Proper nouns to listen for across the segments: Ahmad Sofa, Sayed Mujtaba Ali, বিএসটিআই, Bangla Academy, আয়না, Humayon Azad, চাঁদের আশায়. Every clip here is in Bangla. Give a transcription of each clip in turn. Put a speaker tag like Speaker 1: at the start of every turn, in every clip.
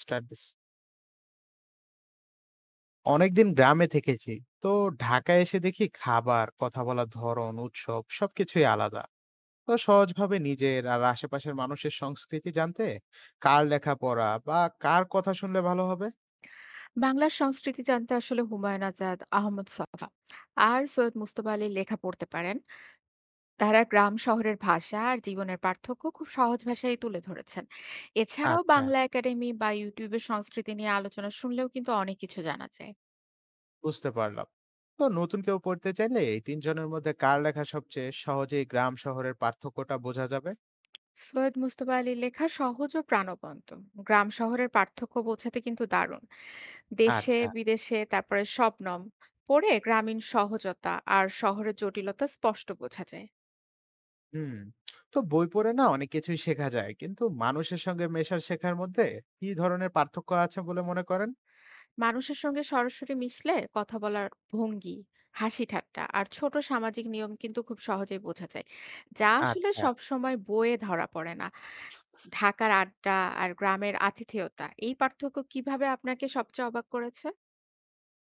Speaker 1: Start this. অনেকদিন গ্রামে থেকেছি তো ঢাকায় এসে দেখি খাবার কথা বলার ধরন উৎসব সবকিছুই আলাদা। তো সহজভাবে নিজের আর আশেপাশের মানুষের সংস্কৃতি জানতে কার লেখাপড়া বা কার কথা শুনলে ভালো হবে?
Speaker 2: বাংলার সংস্কৃতি জানতে আসলে হুমায়ুন আজাদ, আহমদ ছফা আর সৈয়দ মুজতবা আলীর লেখা পড়তে পারেন। তারা গ্রাম শহরের ভাষা আর জীবনের পার্থক্য খুব সহজ ভাষায় তুলে ধরেছেন। এছাড়াও
Speaker 1: আচ্ছা,
Speaker 2: বাংলা একাডেমি বা ইউটিউবে সংস্কৃতি নিয়ে আলোচনা শুনলেও কিন্তু অনেক কিছু জানা যায়।
Speaker 1: বুঝতে পারলাম। তো নতুন কেউ পড়তে চাইলে এই তিনজনের মধ্যে কার লেখা সবচেয়ে সহজেই গ্রাম শহরের পার্থক্যটা বোঝা যাবে?
Speaker 2: সৈয়দ মুজতবা আলীর লেখা সহজ ও প্রাণবন্ত। গ্রাম শহরের পার্থক্য বোঝাতে কিন্তু দারুণ। দেশে
Speaker 1: আচ্ছা।
Speaker 2: বিদেশে তারপরে শবনম পড়ে গ্রামীণ সহজতা আর শহরের জটিলতা স্পষ্ট বোঝা যায়।
Speaker 1: হুম। তো বই পড়ে না অনেক কিছুই শেখা যায়, কিন্তু মানুষের সঙ্গে মেশার শেখার মধ্যে কি ধরনের পার্থক্য আছে বলে মনে করেন?
Speaker 2: মানুষের সঙ্গে সরাসরি মিশলে কথা বলার ভঙ্গি, হাসি ঠাট্টা আর ছোট সামাজিক নিয়ম কিন্তু খুব সহজেই বোঝা যায়। যা আসলে
Speaker 1: আচ্ছা।
Speaker 2: সবসময় বইয়ে ধরা পড়ে না। ঢাকার আড্ডা আর গ্রামের আতিথেয়তা এই পার্থক্য কিভাবে আপনাকে সবচেয়ে অবাক করেছে?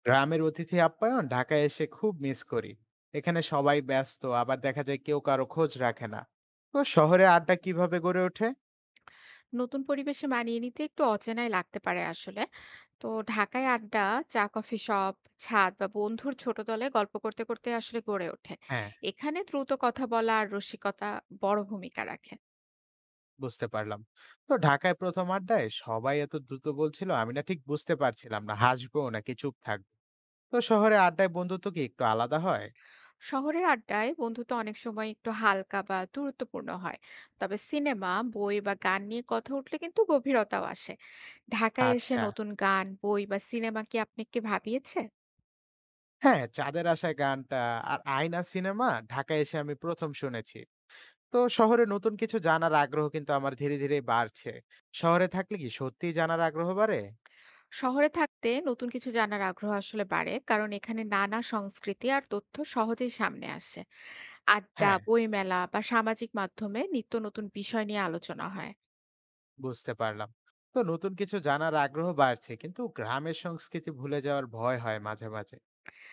Speaker 1: গ্রামের অতিথি আপ্যায়ন ঢাকায় এসে খুব মিস করি। এখানে সবাই ব্যস্ত, আবার দেখা যায় কেউ কারো খোঁজ রাখে না। তো শহরে আড্ডা কিভাবে গড়ে ওঠে?
Speaker 2: নতুন পরিবেশে মানিয়ে নিতে একটু অচেনাই লাগতে পারে আসলে। তো ঢাকায় আড্ডা, চা কফি শপ, ছাদ বা বন্ধুর ছোট দলে গল্প করতে আসলে গড়ে ওঠে।
Speaker 1: হ্যাঁ,
Speaker 2: এখানে দ্রুত কথা বলা আর রসিকতা বড় ভূমিকা রাখে।
Speaker 1: বুঝতে পারলাম। তো ঢাকায় ১ম আড্ডায় সবাই এত দ্রুত বলছিল, আমি না ঠিক বুঝতে পারছিলাম না হাসবো নাকি চুপ থাকবো। তো শহরে আড্ডায় বন্ধুত্ব কি একটু আলাদা হয়?
Speaker 2: শহরের আড্ডায় বন্ধুত্ব অনেক সময় একটু হালকা বা দূরত্বপূর্ণ হয়, তবে সিনেমা বই বা গান নিয়ে কথা উঠলে কিন্তু গভীরতাও আসে। ঢাকায় এসে
Speaker 1: আচ্ছা।
Speaker 2: নতুন গান বই বা সিনেমা কি আপনাকে ভাবিয়েছে?
Speaker 1: হ্যাঁ, চাঁদের আশায় গানটা আর আয়না সিনেমা ঢাকায় এসে আমি ১ম শুনেছি। তো শহরে নতুন কিছু জানার আগ্রহ কিন্তু আমার ধীরে ধীরে বাড়ছে। শহরে থাকলে কি সত্যিই জানার আগ্রহ বাড়ে?
Speaker 2: শহরে থাকতে নতুন কিছু জানার আগ্রহ আসলে বাড়ে, কারণ এখানে নানা সংস্কৃতি আর তথ্য সহজেই সামনে আসে। আড্ডা
Speaker 1: হ্যাঁ,
Speaker 2: বইমেলা বা সামাজিক মাধ্যমে নিত্য নতুন বিষয় নিয়ে আলোচনা হয়।
Speaker 1: বুঝতে পারলাম। তো নতুন কিছু জানার আগ্রহ বাড়ছে, কিন্তু গ্রামের সংস্কৃতি ভুলে যাওয়ার ভয় হয় মাঝে মাঝে।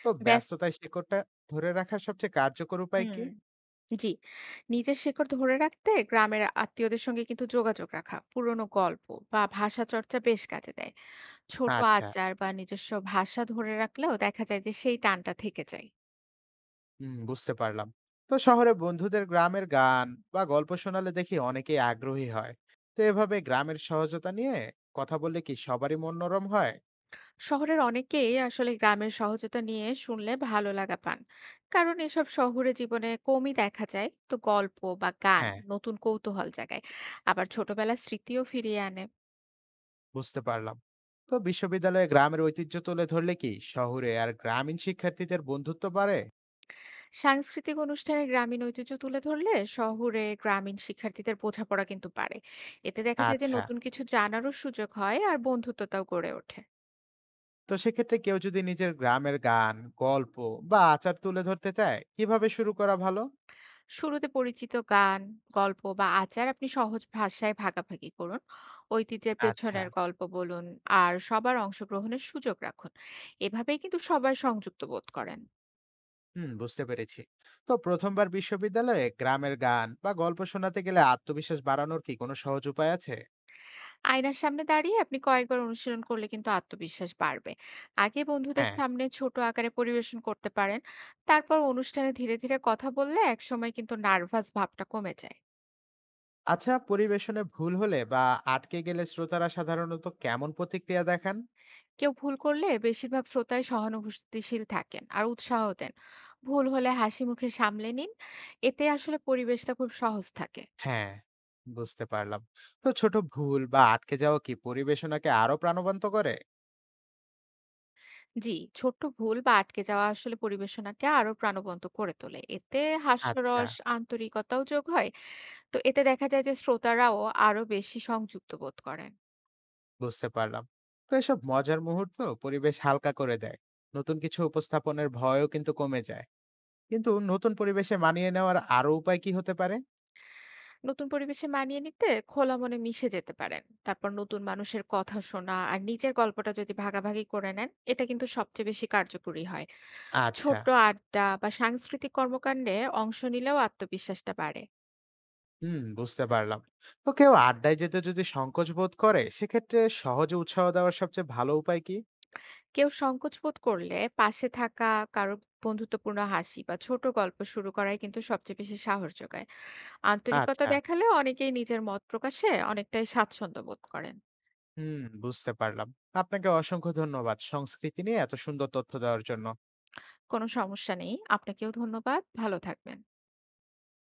Speaker 1: তো
Speaker 2: ব্যস্ত
Speaker 1: ব্যস্ততায় শিকড়টা ধরে রাখার সবচেয়ে কার্যকর উপায়
Speaker 2: হুম।
Speaker 1: কি?
Speaker 2: জি। নিজের শেকড় ধরে রাখতে গ্রামের আত্মীয়দের সঙ্গে কিন্তু যোগাযোগ রাখা, পুরনো গল্প বা ভাষা চর্চা বেশ কাজে দেয়। ছোট
Speaker 1: আচ্ছা,
Speaker 2: আচার বা নিজস্ব ভাষা ধরে রাখলেও দেখা যায় যে সেই টানটা থেকে যায়।
Speaker 1: হুম, বুঝতে পারলাম। তো শহরে বন্ধুদের গ্রামের গান বা গল্প শোনালে দেখি অনেকেই আগ্রহী হয়। তো এভাবে গ্রামের সহজতা নিয়ে কথা বললে কি সবারই মনোরম হয়?
Speaker 2: শহরের অনেকেই আসলে গ্রামের সহজতা নিয়ে শুনলে ভালো লাগা পান, কারণ এসব শহুরে জীবনে কমই দেখা যায়। তো গল্প বা গান
Speaker 1: হ্যাঁ,
Speaker 2: নতুন কৌতূহল জাগায়, আবার ছোটবেলার স্মৃতিও ফিরিয়ে আনে।
Speaker 1: বুঝতে পারলাম। তো বিশ্ববিদ্যালয়ে গ্রামের ঐতিহ্য তুলে ধরলে কি শহরে আর গ্রামীণ শিক্ষার্থীদের বন্ধুত্ব বাড়ে?
Speaker 2: সাংস্কৃতিক অনুষ্ঠানে গ্রামীণ ঐতিহ্য তুলে ধরলে শহুরে গ্রামীণ শিক্ষার্থীদের বোঝাপড়া কিন্তু বাড়ে। এতে দেখা যায় যে
Speaker 1: আচ্ছা।
Speaker 2: নতুন কিছু জানারও সুযোগ হয় আর বন্ধুত্বটাও গড়ে ওঠে।
Speaker 1: তো সেক্ষেত্রে কেউ যদি নিজের গ্রামের গান, গল্প বা আচার তুলে ধরতে চায়, কিভাবে শুরু করা ভালো?
Speaker 2: শুরুতে পরিচিত গান, গল্প বা আচার আপনি সহজ ভাষায় ভাগাভাগি করুন। ঐতিহ্যের
Speaker 1: আচ্ছা,
Speaker 2: পেছনের গল্প বলুন আর সবার অংশগ্রহণের সুযোগ রাখুন। এভাবেই কিন্তু সবাই সংযুক্ত বোধ করেন।
Speaker 1: হুম, বুঝতে পেরেছি। তো প্রথমবার বিশ্ববিদ্যালয়ে গ্রামের গান বা গল্প শোনাতে গেলে আত্মবিশ্বাস বাড়ানোর কি কোনো সহজ উপায় আছে?
Speaker 2: আয়নার সামনে দাঁড়িয়ে আপনি কয়েকবার অনুশীলন করলে কিন্তু আত্মবিশ্বাস বাড়বে। আগে বন্ধুদের
Speaker 1: হ্যাঁ।
Speaker 2: সামনে ছোট আকারে পরিবেশন করতে পারেন। তারপর অনুষ্ঠানে ধীরে কথা বললে একসময় কিন্তু নার্ভাস ভাবটা কমে যায়।
Speaker 1: আচ্ছা, পরিবেশনে ভুল হলে বা আটকে গেলে শ্রোতারা সাধারণত কেমন প্রতিক্রিয়া দেখান?
Speaker 2: কেউ ভুল করলে বেশিরভাগ শ্রোতাই সহানুভূতিশীল থাকেন আর উৎসাহ দেন। ভুল হলে হাসি মুখে সামলে নিন। এতে আসলে পরিবেশটা খুব সহজ থাকে।
Speaker 1: হ্যাঁ, বুঝতে পারলাম। তো ছোট ভুল বা আটকে যাওয়া কি পরিবেশনাকে আরো প্রাণবন্ত করে?
Speaker 2: জি, ছোট্ট ভুল বা আটকে যাওয়া আসলে পরিবেশনাকে আরো প্রাণবন্ত করে তোলে। এতে
Speaker 1: আচ্ছা,
Speaker 2: হাস্যরস, আন্তরিকতাও যোগ হয়। তো এতে দেখা যায় যে শ্রোতারাও আরো বেশি সংযুক্ত বোধ করেন।
Speaker 1: বুঝতে পারলাম। তো এসব মজার মুহূর্ত পরিবেশ হালকা করে দেয়। নতুন কিছু উপস্থাপনের ভয়ও কিন্তু কমে যায়। কিন্তু নতুন পরিবেশে মানিয়ে নেওয়ার আরো উপায় কি হতে পারে?
Speaker 2: নতুন পরিবেশে মানিয়ে নিতে খোলা মনে মিশে যেতে পারেন। তারপর নতুন মানুষের কথা শোনা আর নিজের গল্পটা যদি ভাগাভাগি করে নেন, এটা কিন্তু সবচেয়ে বেশি কার্যকরী হয়।
Speaker 1: আচ্ছা,
Speaker 2: ছোট্ট আড্ডা বা সাংস্কৃতিক কর্মকাণ্ডে অংশ নিলেও আত্মবিশ্বাসটা বাড়ে।
Speaker 1: হুম, বুঝতে পারলাম। তো কেউ আড্ডায় যেতে যদি সংকোচ বোধ করে, সেক্ষেত্রে সহজে উৎসাহ দেওয়ার সবচেয়ে ভালো উপায় কি?
Speaker 2: কেউ সংকোচ বোধ করলে পাশে থাকা কারো বন্ধুত্বপূর্ণ হাসি বা ছোট গল্প শুরু করাই কিন্তু সবচেয়ে বেশি সাহস যোগায়। আন্তরিকতা
Speaker 1: আচ্ছা,
Speaker 2: দেখালে অনেকেই নিজের মত প্রকাশে অনেকটাই স্বাচ্ছন্দ্য বোধ করেন।
Speaker 1: হুম, বুঝতে পারলাম। আপনাকে অসংখ্য ধন্যবাদ সংস্কৃতি নিয়ে এত সুন্দর তথ্য দেওয়ার জন্য।
Speaker 2: কোনো সমস্যা নেই। আপনাকেও ধন্যবাদ। ভালো থাকবেন।